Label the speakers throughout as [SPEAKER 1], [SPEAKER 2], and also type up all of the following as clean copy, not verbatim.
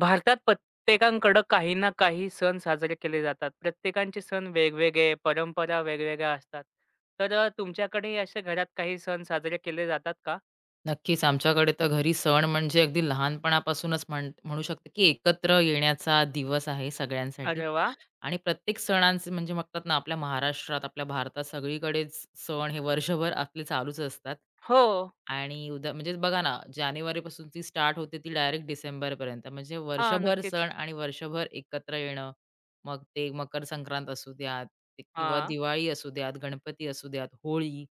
[SPEAKER 1] भारतात प्रत्येकाकडं काही ना काही सण साजरे केले जातात. प्रत्येकांचे सण वेगवेगळे, परंपरा वेगवेगळ्या असतात. तर तुमच्याकडे असे घरात काही सण साजरे केले जातात का?
[SPEAKER 2] नक्कीच. आमच्याकडे तर घरी सण म्हणजे अगदी लहानपणापासूनच म्हणू शकते, की एकत्र येण्याचा दिवस आहे सगळ्यांसाठी.
[SPEAKER 1] अरे वाह!
[SPEAKER 2] आणि प्रत्येक सणांचे म्हणजे म्हणतात ना, आपल्या महाराष्ट्रात, आपल्या भारतात सगळीकडेच सण हे वर्षभर आपले चालूच असतात.
[SPEAKER 1] हो.
[SPEAKER 2] आणि उदा म्हणजे बघा ना, जानेवारीपासून ती स्टार्ट होते ती डायरेक्ट डिसेंबरपर्यंत. म्हणजे
[SPEAKER 1] हां,
[SPEAKER 2] वर्षभर
[SPEAKER 1] नक्कीच.
[SPEAKER 2] सण आणि वर्षभर एकत्र येणं. मग ते मकर संक्रांत असू द्यात ते किंवा
[SPEAKER 1] हां.
[SPEAKER 2] दिवाळी असू द्यात, गणपती असू द्यात, होळी.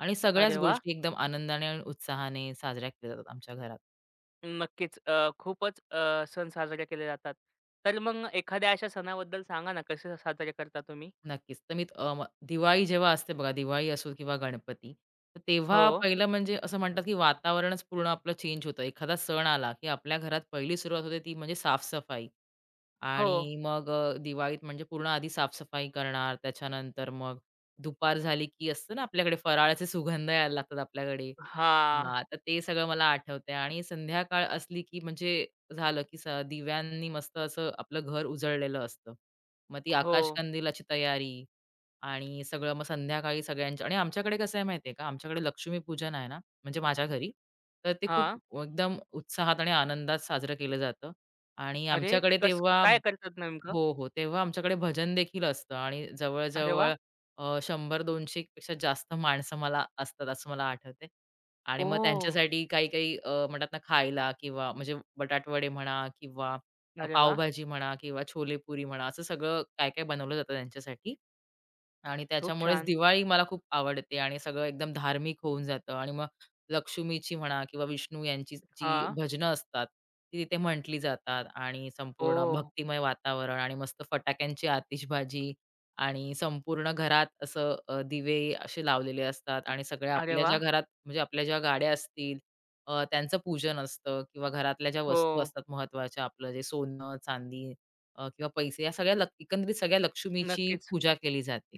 [SPEAKER 2] आणि सगळ्याच
[SPEAKER 1] अरे वाह!
[SPEAKER 2] गोष्टी एकदम आनंदाने आणि उत्साहाने साजऱ्या केल्या जातात आमच्या घरात.
[SPEAKER 1] नक्कीच. खूपच सण साजरे केले जातात. तर मग एखाद्या अशा सणाबद्दल सांगा ना, कसे साजरे करता तुम्ही?
[SPEAKER 2] नक्कीच. तर मी अ, म दिवाळी जेव्हा असते बघा, दिवाळी असो किंवा गणपती, तर तेव्हा
[SPEAKER 1] हो.
[SPEAKER 2] पहिलं म्हणजे असं म्हणतात, की वातावरणच पूर्ण आपलं चेंज होतं. एखादा सण आला, की आपल्या घरात पहिली सुरुवात होते ती म्हणजे साफ.
[SPEAKER 1] हो.
[SPEAKER 2] आणि मग दिवाळीत म्हणजे पूर्ण आधी साफसफाई करणार. त्याच्यानंतर मग दुपार झाली की असतं ना आपल्याकडे फराळाचे सुगंध यायला लागतात आपल्याकडे.
[SPEAKER 1] हां.
[SPEAKER 2] हां, तर ते सगळं मला आठवतंय आणि संध्याकाळ असली की म्हणजे झालं की दिव्यांनी मस्त असं आपलं घर उजळलेलं असतं. मग ती
[SPEAKER 1] हो.
[SPEAKER 2] आकाशकंदिलाची तयारी आणि सगळं मग संध्याकाळी सगळ्यांच्या आणि आमच्याकडे कसं आहे माहिती का, आमच्याकडे लक्ष्मीपूजन आहे ना, म्हणजे माझ्या घरी, तर ते खूप
[SPEAKER 1] हां.
[SPEAKER 2] एकदम उत्साहात आणि आनंदात साजरं केलं जातं आणि
[SPEAKER 1] अरे,
[SPEAKER 2] आमच्याकडे
[SPEAKER 1] कसं
[SPEAKER 2] तेव्हा
[SPEAKER 1] काय करतात नेमकं?
[SPEAKER 2] हो, हो. तेव्हा आमच्याकडे भजन देखील असतं आणि
[SPEAKER 1] अरे वाह!
[SPEAKER 2] जवळ-जवळ 100-200 पेक्षा जास्त माणसं मला असतात असं मला आठवतंय. आणि मग
[SPEAKER 1] ओह!
[SPEAKER 2] त्यांच्यासाठी काही-काही म्हणतात ना खायला किंवा म्हणजे बटाटवडे म्हणा किंवा
[SPEAKER 1] अरे वाह!
[SPEAKER 2] पावभाजी म्हणा किंवा छोलेपुरी म्हणा असं सगळं काय-काय बनवलं जातं त्यांच्यासाठी. आणि
[SPEAKER 1] खूप
[SPEAKER 2] त्याच्यामुळेच
[SPEAKER 1] छान.
[SPEAKER 2] दिवाळी मला खूप आवडते आणि सगळं एकदम धार्मिक होऊन जातं आणि मग लक्ष्मीची म्हणा किंवा विष्णू यांची जी
[SPEAKER 1] हां.
[SPEAKER 2] भजनं असतात, ती तिथे म्हटली जातात आणि संपूर्ण
[SPEAKER 1] हो.
[SPEAKER 2] भक्तिमय वातावरण आणि मस्त फटाक्यांची आतिषबाजी आणि संपूर्ण घरात असं दिवे असे लावलेले असतात आणि सगळ्या
[SPEAKER 1] अरे
[SPEAKER 2] आपल्या ज्या
[SPEAKER 1] वाह!
[SPEAKER 2] घरात म्हणजे आपल्या ज्या गाड्या असतील, त्यांचं पूजन असतं किंवा घरातल्या ज्या वस्तू
[SPEAKER 1] हो.
[SPEAKER 2] असतात महत्त्वाच्या आपलं जे सोनं, चांदी किंवा पैसे या सगळ्या एकंदरीत सगळ्या लक्ष्मीची
[SPEAKER 1] नक्कीच.
[SPEAKER 2] पूजा केली जाते.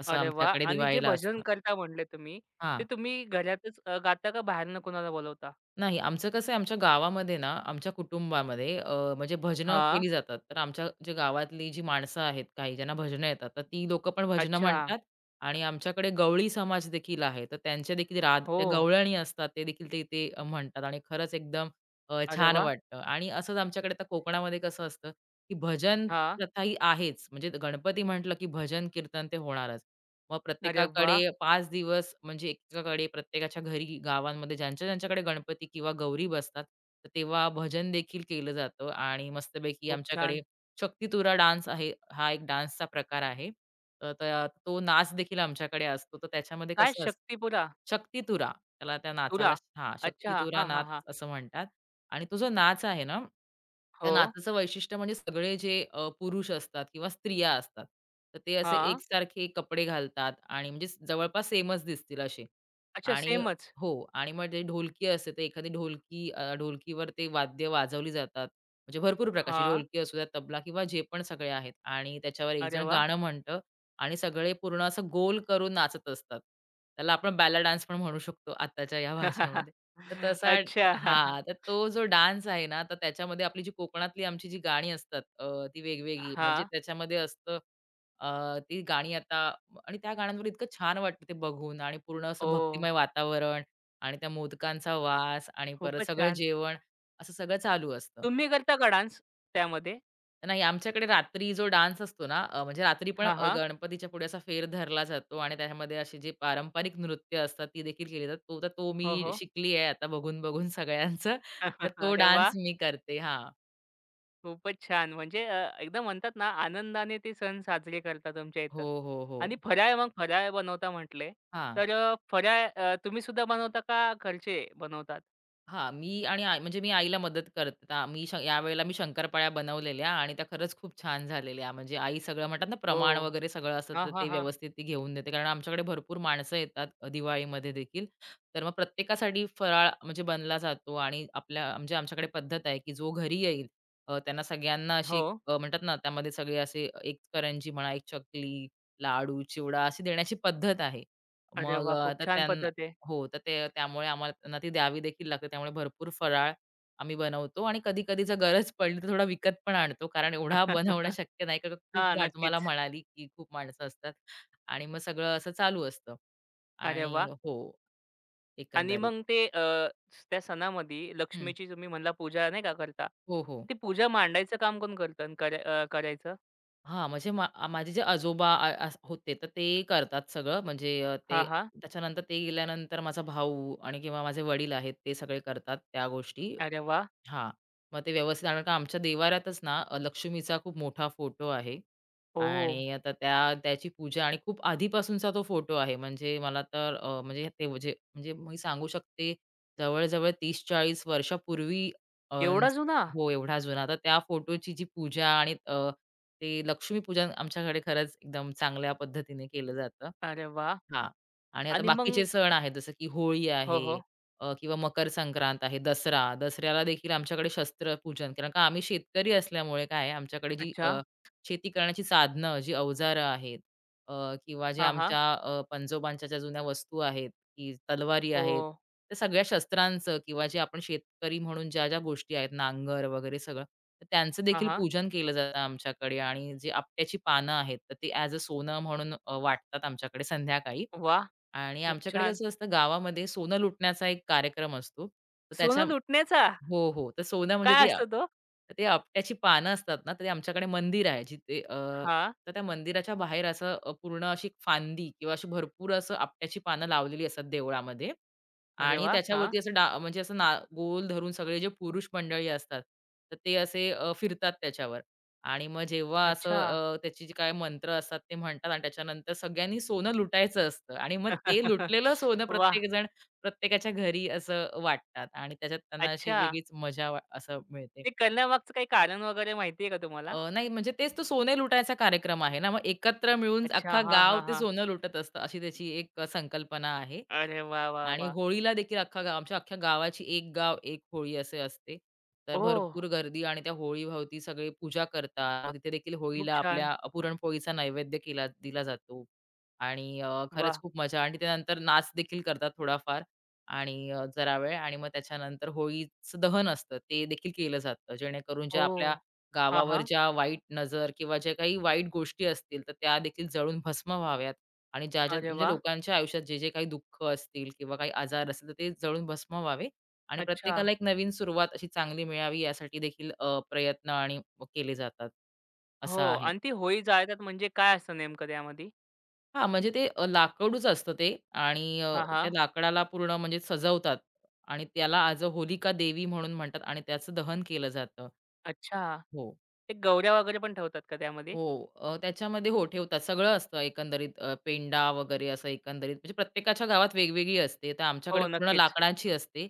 [SPEAKER 2] असं
[SPEAKER 1] अरे वाह!
[SPEAKER 2] आमच्याकडे
[SPEAKER 1] आणि जे
[SPEAKER 2] दिवाळीला
[SPEAKER 1] भजन
[SPEAKER 2] असतं.
[SPEAKER 1] करता म्हटले तुम्ही, ते
[SPEAKER 2] हां.
[SPEAKER 1] तुम्ही घरातच गाता का बाहेरनं कोणाला बोलवता?
[SPEAKER 2] नाही, आमचं कसं आहे आमच्या गावामध्ये ना, आमच्या कुटुंबामध्ये म्हणजे भजनं
[SPEAKER 1] हां.
[SPEAKER 2] केली जातात. तर आमच्या जे गावातली जी माणसं आहेत काही ज्यांना भजनं येतात, तर ती लोकं पण भजनं
[SPEAKER 1] अच्छा.
[SPEAKER 2] म्हणतात आणि आमच्याकडे गवळी समाज देखील आहे. तर त्यांचे देखील राग
[SPEAKER 1] हो.
[SPEAKER 2] ते गवळणी असतात ते देखील ते ते म्हणतात आणि खरंच एकदम
[SPEAKER 1] अरे
[SPEAKER 2] छान
[SPEAKER 1] वाह!
[SPEAKER 2] वाटतं आणि असंच आमच्याकडे आता कोकणामध्ये कसं असतं, की भजन
[SPEAKER 1] हां.
[SPEAKER 2] प्रथा ही आहेच. म्हणजे गणपती म्हटलं, की भजन कीर्तन ते होणारच. मग
[SPEAKER 1] अरे
[SPEAKER 2] प्रत्येकाकडे
[SPEAKER 1] वाह!
[SPEAKER 2] 5 दिवस म्हणजे एकेकाकडे प्रत्येकाच्या घरी, गावांमध्ये ज्यांच्या ज्यांच्याकडे गणपती किंवा गौरी बसतात, तर तेव्हा भजन देखील केलं जातं आणि मस्तपैकी
[SPEAKER 1] खूप
[SPEAKER 2] आमच्याकडे
[SPEAKER 1] छान.
[SPEAKER 2] शक्तीतुरा डान्स आहे. हा एक डान्सचा प्रकार आहे. तर तो नाच देखील आमच्याकडे असतो. तर त्याच्यामध्ये
[SPEAKER 1] काय
[SPEAKER 2] कसं असतं
[SPEAKER 1] शक्तिपुरा
[SPEAKER 2] शक्तीतुरा त्याला त्या नाचाला
[SPEAKER 1] तुरा.
[SPEAKER 2] हां,
[SPEAKER 1] अच्छा.
[SPEAKER 2] शक्तीतुरा
[SPEAKER 1] हां, हां,
[SPEAKER 2] नाच
[SPEAKER 1] हां.
[SPEAKER 2] असं म्हणतात. आणि तो जो नाच आहे ना, त्या
[SPEAKER 1] हो.
[SPEAKER 2] नाचाचं वैशिष्ट्य म्हणजे सगळे जे पुरुष असतात किंवा स्त्रिया असतात, तर ते असे
[SPEAKER 1] हां.
[SPEAKER 2] एकसारखे कपडे घालतात आणि म्हणजे जवळपास सेमच दिसतील असे.
[SPEAKER 1] अच्छा
[SPEAKER 2] आणि
[SPEAKER 1] सेमच.
[SPEAKER 2] हो आणि मग ते ढोलकी असते, तर एखादी ढोलकी ढोलकीवर ते वाद्य वाजवली जातात. म्हणजे भरपूर प्रकारची
[SPEAKER 1] हां.
[SPEAKER 2] ढोलकी असू द्या, तबला किंवा जे पण सगळे आहेत आणि त्याच्यावर
[SPEAKER 1] अरे
[SPEAKER 2] एकजण
[SPEAKER 1] वाह!
[SPEAKER 2] गाणं म्हणतं आणि सगळे पूर्ण असं गोल करून नाचत असतात. त्याला आपण बॅला डान्स पण म्हणू शकतो आत्ताच्या या भाषेमध्ये. तर तसा
[SPEAKER 1] अच्छा.
[SPEAKER 2] हां, तर तो जो डान्स आहे ना, तर त्याच्यामध्ये आपली जी कोकणातली आमची जी गाणी असतात, ती वेगवेगळी म्हणजे
[SPEAKER 1] हां.
[SPEAKER 2] त्याच्यामध्ये असतं ती गाणी आता आणि त्या गाण्यांवर इतकं छान वाटतं ते बघून आणि पूर्ण असं
[SPEAKER 1] ओह!
[SPEAKER 2] भक्तिमय वातावरण आणि त्या मोदकांचा वास आणि परत
[SPEAKER 1] खूपच
[SPEAKER 2] सगळं
[SPEAKER 1] छान.
[SPEAKER 2] जेवण असं सगळं चालू असतं.
[SPEAKER 1] तुम्ही करता का डान्स त्यामध्ये?
[SPEAKER 2] नाही, आमच्याकडे रात्री जो डान्स असतो ना, म्हणजे रात्री पण
[SPEAKER 1] हां, हां.
[SPEAKER 2] गणपतीच्या पुढे असा फेर धरला जातो आणि त्याच्यामध्ये असे जे पारंपरिक नृत्य असतात, ती देखील केली जातात. तो
[SPEAKER 1] हो,
[SPEAKER 2] मी
[SPEAKER 1] हो.
[SPEAKER 2] शिकली आहे आता बघून-बघून सगळ्यांचं. तर तो
[SPEAKER 1] अरे
[SPEAKER 2] डान्स
[SPEAKER 1] वाह!
[SPEAKER 2] मी करते. हां.
[SPEAKER 1] खूपच छान. म्हणजे एकदम म्हणतात ना, आनंदाने ते सण साजरे करता तुमच्या इथं.
[SPEAKER 2] हो, हो, हो.
[SPEAKER 1] आणि फराळ मग फराळ बनवता म्हटले,
[SPEAKER 2] हां.
[SPEAKER 1] तर फराळ तुम्ही सुद्धा बनवता का घरचे बनवतात?
[SPEAKER 2] हां, मी आणि आई म्हणजे मी आईला मदत करता मी श यावेळेला मी शंकरपाळ्या बनवलेल्या आणि त्या खरंच खूप छान झालेल्या. म्हणजे आई सगळं म्हणतात ना
[SPEAKER 1] हो.
[SPEAKER 2] प्रमाण वगैरे सगळं असतं,
[SPEAKER 1] हां,
[SPEAKER 2] तर
[SPEAKER 1] हां,
[SPEAKER 2] ते
[SPEAKER 1] हां.
[SPEAKER 2] व्यवस्थित ती घेऊन देते. कारण आमच्याकडे भरपूर माणसं येतात दिवाळीमध्ये देखील. तर मग प्रत्येकासाठी फराळ म्हणजे बनला जातो आणि आपल्या म्हणजे आमच्याकडे पद्धत आहे, की जो घरी येईल त्यांना सगळ्यांना अशी
[SPEAKER 1] हो.
[SPEAKER 2] एक म्हणतात ना त्यामध्ये सगळे असे एक करंजी म्हणा, एक चकली, लाडू, चिवडा अशी देण्याची पद्धत आहे.
[SPEAKER 1] अरे
[SPEAKER 2] मग
[SPEAKER 1] वाह!
[SPEAKER 2] अ,
[SPEAKER 1] खूप
[SPEAKER 2] तर
[SPEAKER 1] छान
[SPEAKER 2] त्यां
[SPEAKER 1] पद्धत आहे.
[SPEAKER 2] हो, तर ते त्यामुळे आम्हाला त्यांना ती द्यावी देखील लागते. त्यामुळे भरपूर फराळ आम्ही बनवतो आणि कधी-कधी जर गरज पडली तर थोडा विकत पण आणतो. कारण एवढा बनवणं शक्य नाही. कारण खूप
[SPEAKER 1] हां,
[SPEAKER 2] मा तुम्हाला
[SPEAKER 1] नक्कीच.
[SPEAKER 2] म्हणाली, की खूप माणसं असतात आणि मग सगळं असं चालू असतं.
[SPEAKER 1] अरे
[SPEAKER 2] आणि
[SPEAKER 1] वाह!
[SPEAKER 2] हो,
[SPEAKER 1] आणि
[SPEAKER 2] एकंदरीत.
[SPEAKER 1] मग ते त्या सणामध्ये
[SPEAKER 2] हं.
[SPEAKER 1] लक्ष्मीची तुम्ही म्हणला पूजा नाही का करता.
[SPEAKER 2] हो, हो.
[SPEAKER 1] ती पूजा मांडायचं काम कोण करतं आणि करायचं?
[SPEAKER 2] हां, म्हणजे माझे जे आजोबा आ अस होते, तर ते करतात सगळं. म्हणजे
[SPEAKER 1] हां,
[SPEAKER 2] ते
[SPEAKER 1] हां.
[SPEAKER 2] त्याच्यानंतर ते गेल्यानंतर माझा भाऊ आणि किंवा माझे वडील आहेत, ते सगळे करतात त्या गोष्टी.
[SPEAKER 1] अरे वाह!
[SPEAKER 2] हां, मग ते व्यवस्थित कारण का आमच्या देवाऱ्यातच ना लक्ष्मीचा खूप मोठा फोटो आहे
[SPEAKER 1] ओह!
[SPEAKER 2] आणि आता त्याची पूजा आणि खूप आधीपासूनचा तो फोटो आहे. म्हणजे मला तर अ, म्हणजे ते म्हणजे म्हणजे मी सांगू शकते जवळ-जवळ 30 वर्षापूर्वी, अ,
[SPEAKER 1] एवढा जुना?
[SPEAKER 2] हो, एवढा जुना. तर त्या फोटोची जी पूजा आणि ते लक्ष्मीपूजन आमच्याकडे खरंच एकदम चांगल्या पद्धतीने केलं जातं.
[SPEAKER 1] अरे वाह!
[SPEAKER 2] हां. आणि आता
[SPEAKER 1] आणि मग
[SPEAKER 2] बाकीचे सण आहेत जसं की होळी
[SPEAKER 1] हो,
[SPEAKER 2] आहे
[SPEAKER 1] हो.
[SPEAKER 2] किंवा मकर संक्रांत आहे, दसरा. दसऱ्याला देखील आमच्याकडे शस्त्रपूजन कारण का आम्ही शेतकरी असल्यामुळे काय आहे आमच्याकडे जी
[SPEAKER 1] अच्छा.
[SPEAKER 2] शेती करण्याची साधनं, जी अवजारं आहेत, किंवा जे
[SPEAKER 1] हां, हां.
[SPEAKER 2] आमच्या पंजोबांच्या ज्या जुन्या वस्तू आहेत की तलवारी आहेत.
[SPEAKER 1] ओह!
[SPEAKER 2] त्या सगळ्या शस्त्रांचं किंवा जे आपण शेतकरी म्हणून ज्या-ज्या गोष्टी आहेत, नांगर वगैरे सगळं, तर त्यांचं
[SPEAKER 1] हां,
[SPEAKER 2] देखील
[SPEAKER 1] हां.
[SPEAKER 2] पूजन केलं जातं आमच्याकडे आणि जे आपट्याची पानं आहेत, तर ती ॲज अ सोनं म्हणून वाटतात आमच्याकडे संध्याकाळी
[SPEAKER 1] वाह!
[SPEAKER 2] आणि
[SPEAKER 1] खूप
[SPEAKER 2] आमच्याकडे
[SPEAKER 1] छान.
[SPEAKER 2] कसं असतं गावामध्ये सोनं लुटण्याचा एक कार्यक्रम असतो. तर त्याच्या
[SPEAKER 1] सोनं लुटण्याचा?
[SPEAKER 2] हो, हो. तर सोनं म्हणजे
[SPEAKER 1] काय असतो तो?
[SPEAKER 2] ते आपट्याची पानं असतात ना, तर ते आमच्याकडे मंदिर आहे जिथे
[SPEAKER 1] हां.
[SPEAKER 2] तर त्या मंदिराच्या बाहेर असं पूर्ण अशी फांदी किंवा अशी भरपूर असं आपट्याची पानं लावलेली असतात देवळामध्ये
[SPEAKER 1] अरे
[SPEAKER 2] आणि
[SPEAKER 1] वाह! हां.
[SPEAKER 2] त्याच्यावरती असं डा म्हणजे असं ना गोल धरून सगळे जे पुरुष मंडळी असतात, तर ते असे फिरतात त्याच्यावर आणि मग जेव्हा असं
[SPEAKER 1] अच्छा.
[SPEAKER 2] त्याचे जे काही मंत्र असतात ते म्हणतात आणि त्याच्यानंतर सगळ्यांनी सोनं लुटायचं असतं आणि मग ते लुटलेलं सोनं
[SPEAKER 1] वाह!
[SPEAKER 2] प्रत्येकजण प्रत्येकाच्या घरी असं वाटतात आणि त्याच्यात त्यांना अशी
[SPEAKER 1] अच्छा.
[SPEAKER 2] वेगळीच असं मिळते.
[SPEAKER 1] ते करण्यामागचं काही कारण वगैरे माहिती का तुम्हाला?
[SPEAKER 2] नाही म्हणजे तेच तो सोने लुटायचा कार्यक्रम आहे ना, मग एकत्र मिळून
[SPEAKER 1] अच्छा.
[SPEAKER 2] अख्खा
[SPEAKER 1] हां,
[SPEAKER 2] गाव
[SPEAKER 1] हां,
[SPEAKER 2] ते
[SPEAKER 1] हां.
[SPEAKER 2] सोनं लुटत असतं, अशी त्याची एक संकल्पना आहे.
[SPEAKER 1] अरे वाह, वाह,
[SPEAKER 2] आणि
[SPEAKER 1] वाह!
[SPEAKER 2] होळीला देखील अख्खा गाव आमच्या अख्ख्या गावाची एक गाव एक होळी असे असते. तर
[SPEAKER 1] ओह!
[SPEAKER 2] भरपूर गर्दी आणि त्या होळीभोवती सगळे पूजा करतात. तिथे देखील
[SPEAKER 1] खूप
[SPEAKER 2] होळीला
[SPEAKER 1] छान.
[SPEAKER 2] आपल्या पुरणपोळीचा नैवेद्य केला दिला जातो. आणि खरंच
[SPEAKER 1] वाह!
[SPEAKER 2] खूप मजा आणि त्यानंतर नाच देखील करतात थोडाफार आणि जरा वेळ आणि मग त्याच्यानंतर होळीचं दहन असतं. ते देखील केलं जातं. जेणेकरून ज्या
[SPEAKER 1] ओह!
[SPEAKER 2] आपल्या
[SPEAKER 1] हां,
[SPEAKER 2] गावावर
[SPEAKER 1] हां.
[SPEAKER 2] ज्या वाईट नजर किंवा ज्या काही वाईट गोष्टी असतील, तर त्या देखील जळून भस्म व्हाव्यात आणि ज्या-ज्या
[SPEAKER 1] अरे
[SPEAKER 2] म्हणजे
[SPEAKER 1] वाह!
[SPEAKER 2] लोकांच्या आयुष्यात जे-जे काही दुःख असतील किंवा काही आजार असतील, तर ते जळून भस्म व्हावे आणि
[SPEAKER 1] अच्छा.
[SPEAKER 2] प्रत्येकाला एक नवीन सुरुवात अशी चांगली मिळावी यासाठी देखील प्रयत्न आणि केले जातात.
[SPEAKER 1] हो
[SPEAKER 2] असं आहे.
[SPEAKER 1] आणि ती होळी जाळतात म्हणजे काय असतं नेमकं त्यामध्ये?
[SPEAKER 2] हां, म्हणजे लाकडूच असतं ते आणि
[SPEAKER 1] हां,
[SPEAKER 2] त्या
[SPEAKER 1] हां.
[SPEAKER 2] लाकडाला पूर्ण म्हणजे सजवतात आणि त्याला आज होलिका देवी म्हणून म्हणतात आणि त्याचं दहन केलं जातं.
[SPEAKER 1] अच्छा.
[SPEAKER 2] हो.
[SPEAKER 1] ते गवऱ्या वगैरे पण ठेवतात का त्यामध्ये?
[SPEAKER 2] हो. त्याच्यामध्ये हो ठेवतात. सगळं असतं एकंदरीत, पेंडा वगैरे असं एकंदरीत म्हणजे प्रत्येकाच्या गावात वेगवेगळी असते. तर आमच्याकडे
[SPEAKER 1] हो,
[SPEAKER 2] पूर्ण
[SPEAKER 1] नक्कीच.
[SPEAKER 2] लाकडाची असते.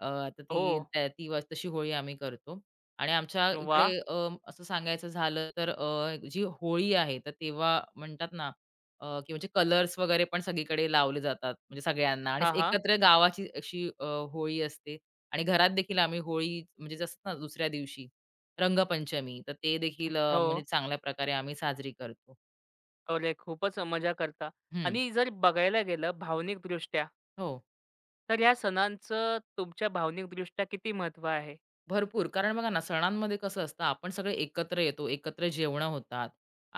[SPEAKER 2] आता
[SPEAKER 1] हो.
[SPEAKER 2] ती त्या ती व तशी होळी आम्ही करतो. आणि आमच्या इकडे
[SPEAKER 1] वाह!
[SPEAKER 2] असं सांगायचं झालं तर जी होळी आहे तर तेव्हा म्हणतात ना, की म्हणजे कलर्स वगैरे पण सगळीकडे लावले जातात म्हणजे सगळ्यांना आणि
[SPEAKER 1] हां, हां.
[SPEAKER 2] एकत्र गावाची अशी होळी असते आणि घरात देखील आम्ही होळी म्हणजे जसं ना दुसऱ्या दिवशी रंगपंचमी. तर ते देखील
[SPEAKER 1] हो.
[SPEAKER 2] म्हणजे चांगल्या प्रकारे आम्ही साजरी करतो.
[SPEAKER 1] अरे, खूपच मजा करता
[SPEAKER 2] हं.
[SPEAKER 1] आणि जर बघायला गेलं भावनिकदृष्ट्या,
[SPEAKER 2] हो.
[SPEAKER 1] तर ह्या सणांचं तुमच्या भावनिकदृष्ट्या किती महत्त्व आहे?
[SPEAKER 2] भरपूर. कारण बघा ना, सणांमध्ये कसं असतं, आपण सगळे एकत्र येतो, एकत्र जेवणं होतात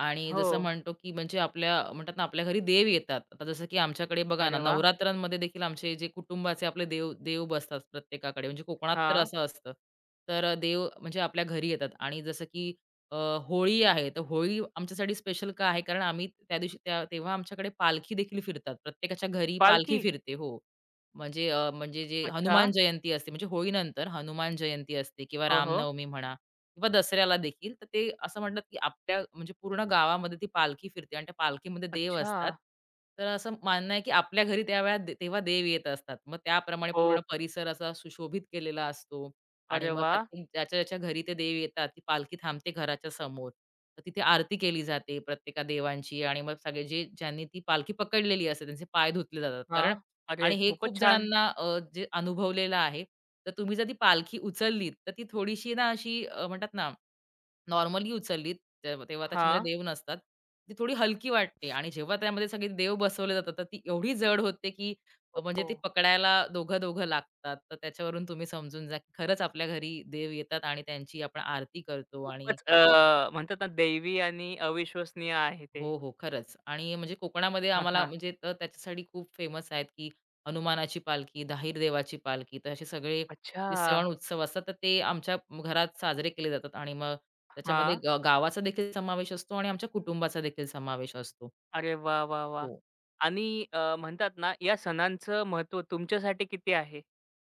[SPEAKER 2] आणि
[SPEAKER 1] हो.
[SPEAKER 2] जसं म्हणतो, की म्हणजे आपल्या म्हणतात ना, आपल्या घरी देव येतात. आता जसं की आमच्याकडे बघा ना,
[SPEAKER 1] अरे वा
[SPEAKER 2] नवरात्रांमध्ये देखील आमचे जे कुटुंबाचे आपले देव देव बसतात प्रत्येकाकडे. म्हणजे कोकणात तर
[SPEAKER 1] हां.
[SPEAKER 2] असं असतं. तर देव म्हणजे आपल्या घरी येतात आणि जसं की अ, होळी आहे, तर होळी आमच्यासाठी स्पेशल का आहे? कारण आम्ही त्या दिवशी तेव्हा आमच्याकडे पालखी देखील फिरतात. प्रत्येकाच्या घरी पालखी
[SPEAKER 1] पालखी?
[SPEAKER 2] फिरते. हो. म्हणजे म्हणजे जी
[SPEAKER 1] अच्छा.
[SPEAKER 2] हनुमान जयंती असते, म्हणजे होळीनंतर हनुमान जयंती असते किंवा
[SPEAKER 1] हो, हो.
[SPEAKER 2] रामनवमी म्हणा किंवा दसऱ्याला देखील, तर ते असं म्हणतात, की आपल्या म्हणजे पूर्ण गावामध्ये ती पालखी फिरते आणि त्या पालखीमध्ये देव
[SPEAKER 1] अच्छा.
[SPEAKER 2] असतात. तर असं मानणं आहे, की आपल्या घरी त्यावेळेला तेव्हा देव येत असतात. मग त्याप्रमाणे
[SPEAKER 1] हो.
[SPEAKER 2] पूर्ण परिसर असा सुशोभित केलेला असतो आणि
[SPEAKER 1] अरे
[SPEAKER 2] मग
[SPEAKER 1] वाह!
[SPEAKER 2] प्रत्येक ज्याच्या-ज्याच्या घरी ते देव येतात, ती पालखी थांबते घराच्या समोर. तर तिथे आरती केली जाते प्रत्येका देवांची आणि मग सगळे जे ज्यांनी ती पालखी पकडलेली असते, त्यांचे पाय धुतले जातात.
[SPEAKER 1] हां.
[SPEAKER 2] कारण
[SPEAKER 1] अरे,
[SPEAKER 2] आणि हे
[SPEAKER 1] खूपच
[SPEAKER 2] खूप
[SPEAKER 1] छान.
[SPEAKER 2] जणांना जे अनुभवलेलं आहे. तर तुम्ही जर ती पालखी उचललीत, तर ती थोडीशी ना अशी म्हणतात ना, नॉर्मली उचललीत, तेव्हा तेव्हा त्याच्यामध्ये
[SPEAKER 1] हां.
[SPEAKER 2] देव नसतात. ती थोडी हलकी वाटते आणि जेव्हा त्यामध्ये सगळे देव बसवले जातात, तर ती एवढी जड होते, की म्हणजे
[SPEAKER 1] हो.
[SPEAKER 2] ते पकडायला दोघं-दोघं लागतात. तर त्याच्यावरून तुम्ही समजून जा, की खरंच आपल्या घरी देव येतात आणि त्यांची आपण आरती करतो आणि
[SPEAKER 1] खूपच म्हणतात ना दैवी आणि अविश्वसनीय आहे ते.
[SPEAKER 2] हो, हो. खरंच आणि म्हणजे कोकणामध्ये
[SPEAKER 1] हां,
[SPEAKER 2] आम्हाला
[SPEAKER 1] हां.
[SPEAKER 2] म्हणजे तर त्याच्यासाठी खूप फेमस आहेत, की हनुमानाची पालखी, धाईर देवाची पालखी. तर असे सगळे
[SPEAKER 1] अच्छा.
[SPEAKER 2] जे सण-उत्सव असतात, तर ते आमच्या घरात साजरे केले जातात आणि मग त्याच्यामध्ये
[SPEAKER 1] हां.
[SPEAKER 2] गावाचा देखील समावेश असतो आणि आमच्या कुटुंबाचा देखील समावेश असतो.
[SPEAKER 1] अरे वा, वा, वा,
[SPEAKER 2] हो.
[SPEAKER 1] आणि म्हणतात ना, या सणांचं महत्त्व तुमच्यासाठी किती आहे?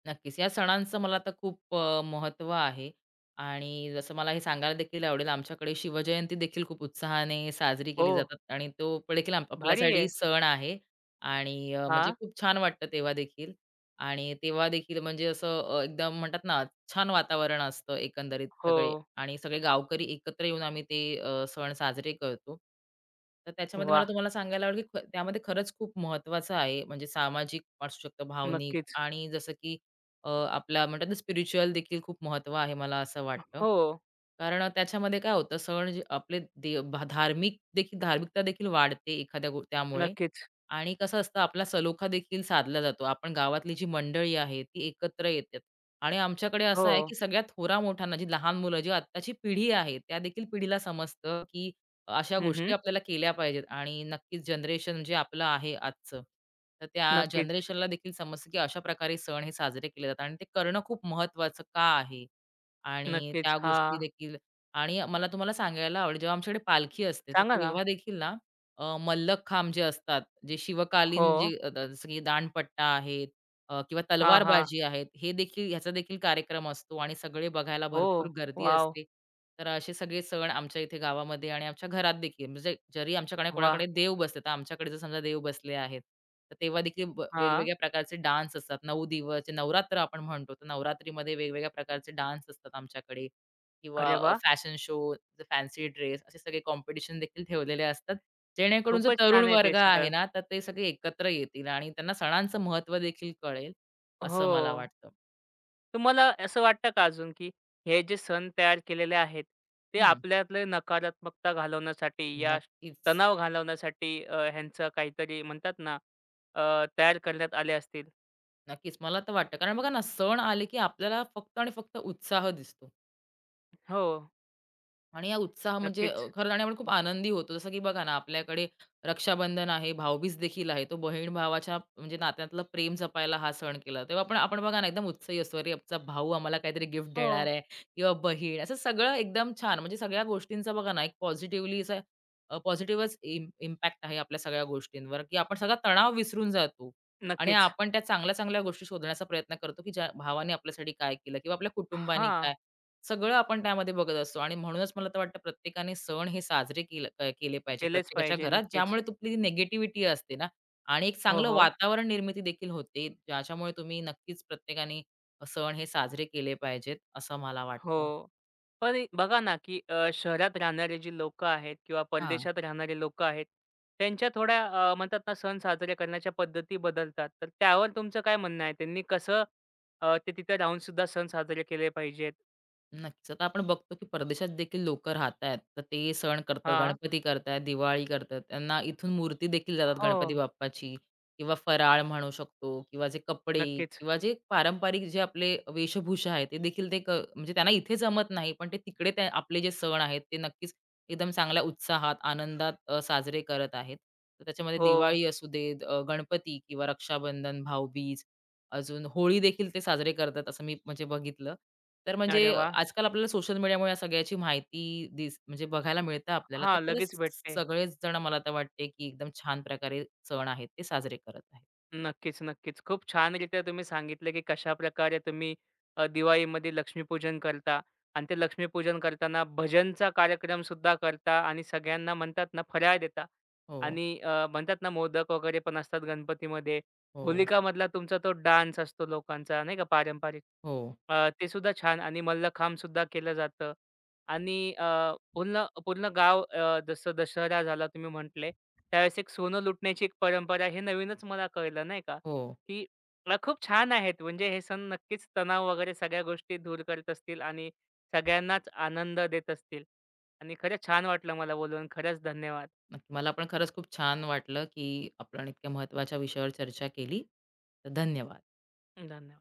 [SPEAKER 2] नक्कीच. या सणांचं मला आता खूप आहे आणि जसं मला हे सांगायला देखील आवडेल, आमच्याकडे शिवजयंती देखील खूप उत्साहाने साजरी केली
[SPEAKER 1] हो,
[SPEAKER 2] जातात आणि तो प- देखील आप
[SPEAKER 1] भारी
[SPEAKER 2] आपल्यासाठी
[SPEAKER 1] आहे.
[SPEAKER 2] सण आहे आणि
[SPEAKER 1] हा,
[SPEAKER 2] म्हणजे खूप छान वाटतं तेव्हा देखील आणि तेव्हा देखील म्हणजे असं एकदम म्हणतात ना, छान वातावरण असतं एकंदरीत
[SPEAKER 1] हो.
[SPEAKER 2] सगळे आणि सगळे गावकरी एकत्र येऊन आम्ही ते सण साजरे करतो. तर त्याच्यामध्ये
[SPEAKER 1] वा,
[SPEAKER 2] मला तुम्हाला सांगायला आवडेल, की त्यामध्ये खरंच खूप महत्त्वाचं आहे. म्हणजे सामाजिक असू शकतं, भावनिक
[SPEAKER 1] नक्कीच.
[SPEAKER 2] आणि जसं की आपला म्हणतात ना स्पिरिच्युअल देखील खूप महत्त्व आहे मला असं वाटतं.
[SPEAKER 1] हो,
[SPEAKER 2] कारण त्याच्यामध्ये काय होतं सण जे आपले दे भा धार्मिक देखील धार्मिकता देखील वाढते एखाद्या त्यामुळे
[SPEAKER 1] नक्कीच.
[SPEAKER 2] आणि कसं असतं आपला सलोखा देखील साधला जातो. आपण गावातली जी मंडळी आहे ती एकत्र येतात आणि आमच्याकडे असं
[SPEAKER 1] हो.
[SPEAKER 2] आहे की सगळ्यात थोरामोठ्यांना, जी लहान मुलं, जी आत्ताची पिढी आहे, त्या देखील पिढीला समजतं की अशा
[SPEAKER 1] हं,
[SPEAKER 2] गोष्टी
[SPEAKER 1] हं.
[SPEAKER 2] आपल्याला केल्या पाहिजेत आणि नक्कीच जनरेशन जे आपलं आहे आजचं, तर त्या
[SPEAKER 1] नक्कीच,
[SPEAKER 2] जनरेशनला देखील समजतं, की अशा प्रकारे सण हे साजरे केले जातात आणि ते करणं खूप महत्त्वाचं का आहे? आणि
[SPEAKER 1] नक्कीच.
[SPEAKER 2] त्या गोष्टी
[SPEAKER 1] हां.
[SPEAKER 2] देखील आणि मला तुम्हाला सांगायला आवडेल, जेव्हा आमच्याकडे पालखी असते, तर
[SPEAKER 1] सांगा ना.
[SPEAKER 2] तेव्हा देखील ना मल्लखांब जे असतात, जे
[SPEAKER 1] हो.
[SPEAKER 2] शिवकालीन जे जसं की दांडपट्टा आहे किंवा
[SPEAKER 1] हा, हा,
[SPEAKER 2] तलवारबाजी आहेत, हे देखील ह्याचा देखील कार्यक्रम असतो आणि सगळे बघायला भरपूर
[SPEAKER 1] हो.
[SPEAKER 2] गर्दी
[SPEAKER 1] वॉव!
[SPEAKER 2] असते. तर असे सगळे सण आमच्या इथे गावामध्ये आणि आमच्या घरात देखील म्हणजे जरी आमच्याकडे
[SPEAKER 1] वा,
[SPEAKER 2] कोणाकडे देव बसले, तर आमच्याकडे जर समजा देव बसले आहेत, तर तेव्हा देखील
[SPEAKER 1] हां.
[SPEAKER 2] वेगवेगळ्या प्रकारचे डान्स असतात. 9 दिवस जे नवरात्र आपण म्हणतो, तर नवरात्रीमध्ये वेगवेगळ्या प्रकारचे डान्स असतात आमच्याकडे. किंवा
[SPEAKER 1] अरे वाह!
[SPEAKER 2] फॅशन शो, फॅन्सी ड्रेस असे सगळे कॉम्पिटिशन देखील ठेवलेले असतात. जेणेकरून जो
[SPEAKER 1] खूपच
[SPEAKER 2] तरुण
[SPEAKER 1] छान आहे ते
[SPEAKER 2] वर्ग आहे
[SPEAKER 1] सगळं.
[SPEAKER 2] ना, तर ते सगळे एकत्र येतील आणि त्यांना सणांचं महत्त्व देखील कळेल, असं
[SPEAKER 1] हो.
[SPEAKER 2] मला वाटतं.
[SPEAKER 1] तुम्हाला असं वाटतं का अजून, की हे जे सण तयार केलेले आहेत, ते
[SPEAKER 2] हं.
[SPEAKER 1] आपल्यातले नकारात्मकता घालवण्यासाठी
[SPEAKER 2] नक्कीच,
[SPEAKER 1] तणाव घालवण्यासाठी ह्यांचं काहीतरी म्हणतात ना, अ, तयार करण्यात आले असतील?
[SPEAKER 2] नक्कीच. मला तर वाटतं कारण बघा ना, सण आले की आपल्याला फक्त आणि फक्त उत्साह दिसतो.
[SPEAKER 1] हो,
[SPEAKER 2] आणि या उत्साह म्हणजे
[SPEAKER 1] नक्कीच.
[SPEAKER 2] खरं आणि आपण खूप आनंदी होतो. जसं की बघा ना, आपल्याकडे रक्षाबंधन आहे, भाऊबीज देखील आहे. तो बहीण-भावाच्या म्हणजे नात्यातलं प्रेम जपायला हा सण केला. तेव्हा पण आपण बघा ना, एकदम उत्साही असतो. अरे, आमचा भाऊ आम्हाला काहीतरी गिफ्ट
[SPEAKER 1] हो,
[SPEAKER 2] देणार आहे किंवा बहीण. असं सगळं एकदम छान म्हणजे सगळ्या गोष्टींचा बघा ना, एक पॉझिटिव्हली असा पॉझिटिव्हच इम्पॅक्ट आहे आपल्या सगळ्या गोष्टींवर, की आपण सगळा तणाव विसरून जातो आणि
[SPEAKER 1] नक्कीच.
[SPEAKER 2] आपण त्या चांगल्या-चांगल्या गोष्टी शोधण्याचा प्रयत्न करतो, की ज्या भावाने आपल्यासाठी काय केलं किंवा आपल्या कुटुंबाने
[SPEAKER 1] हां,
[SPEAKER 2] काय सगळं आपण त्यामध्ये बघत असतो आणि म्हणूनच मला तर वाटतं प्रत्येकाने सण हे केले पाहिजे
[SPEAKER 1] केलेच
[SPEAKER 2] प्रत्येकाच्या
[SPEAKER 1] पाहिजे.
[SPEAKER 2] घरात,
[SPEAKER 1] नक्कीच.
[SPEAKER 2] ज्यामुळे तुमची नेगेटिव्हिटी असते ना आणि एक
[SPEAKER 1] हो,
[SPEAKER 2] चांगलं
[SPEAKER 1] हो.
[SPEAKER 2] वातावरण निर्मिती देखील होते, ज्याच्यामुळे तुम्ही नक्कीच प्रत्येकाने सण हे साजरे केले पाहिजेत, असं मला वाटतं.
[SPEAKER 1] हो. पण ए बघा ना, की शहरात राहणारे जी लोकं आहेत किंवा
[SPEAKER 2] हां.
[SPEAKER 1] परदेशात राहणारे लोकं आहेत, त्यांच्या थोड्या म्हणतात ना, सण साजरे करण्याच्या पद्धती बदलतात. तर त्यावर तुमचं काय म्हणणं आहे? त्यांनी कसं ते तिथे राहून सुद्धा सण साजरे केले पाहिजेत?
[SPEAKER 2] नक्कीच. आता आपण बघतो की परदेशात देखील लोकं राहतायत. तर ते सण करतात,
[SPEAKER 1] हां.
[SPEAKER 2] गणपती करतायत, दिवाळी करतात. त्यांना इथून मूर्ती देखील जातात
[SPEAKER 1] हो.
[SPEAKER 2] गणपती बाप्पाची किंवा फराळ म्हणू शकतो किंवा जे कपडे
[SPEAKER 1] नक्कीच.
[SPEAKER 2] किंवा जे पारंपरिक जे आपले वेशभूषा आहे, ते देखील ते क म्हणजे त्यांना इथे जमत नाही, पण ते तिकडे ते आपले जे सण आहेत, ते नक्कीच एकदम चांगल्या उत्साहात, आनंदात साजरे करत आहेत. तर त्याच्यामध्ये
[SPEAKER 1] हो.
[SPEAKER 2] दिवाळी असू दे, गणपती किंवा रक्षाबंधन, भाऊबीज अजून होळी देखील ते साजरे करतात असं मी म्हणजे बघितलं. तर म्हणजे
[SPEAKER 1] अरे वाह!
[SPEAKER 2] आजकाल आपल्याला सोशल मीडियामुळे या सगळ्याची माहिती दिस म्हणजे बघायला मिळतं आपल्याला.
[SPEAKER 1] हां,
[SPEAKER 2] तर खरंच
[SPEAKER 1] लगेच भेटते.
[SPEAKER 2] सगळेच जण मला तर वाटते, की एकदम छान प्रकारे सण आहेत ते साजरे करत आहेत.
[SPEAKER 1] नक्कीच, नक्कीच. खूप छानरीत्या तुम्ही सांगितलं, की कशाप्रकारे तुम्ही दिवाळीमध्ये लक्ष्मीपूजन करता आणि ते लक्ष्मीपूजन करताना भजनचा कार्यक्रमसुद्धा करता आणि सगळ्यांना म्हणतात ना, फराळ देता
[SPEAKER 2] हो,
[SPEAKER 1] आणि म्हणतात ना, मोदक वगैरे पण असतात गणपतीमध्ये.
[SPEAKER 2] हो,
[SPEAKER 1] होलिकामधला तुमचा तो डान्स असतो लोकांचा नाही का पारंपरिक.
[SPEAKER 2] हो,
[SPEAKER 1] ते सुद्धा छान आणि मल्लखांबसुद्धा केलं जातं. आणि पूर्ण पूर्ण गाव जसं दशहरा झाला तुम्ही म्हटले, त्यावेळेस एक सोनं लुटण्याची एक परंपरा हे नवीनच मला कळलं नाही का,
[SPEAKER 2] हो.
[SPEAKER 1] की खूप छान आहेत. म्हणजे हे सण नक्कीच तणाव वगैरे सगळ्या गोष्टी दूर करत असतील आणि सगळ्यांनाच आनंद देत असतील. आणि खरंच छान वाटलं मला बोलून. खरंच धन्यवाद.
[SPEAKER 2] नक्की. मला पण खरंच खूप छान वाटलं, की आपण इतक्या महत्त्वाच्या विषयावर चर्चा केली. तर धन्यवाद.
[SPEAKER 1] धन्यवाद.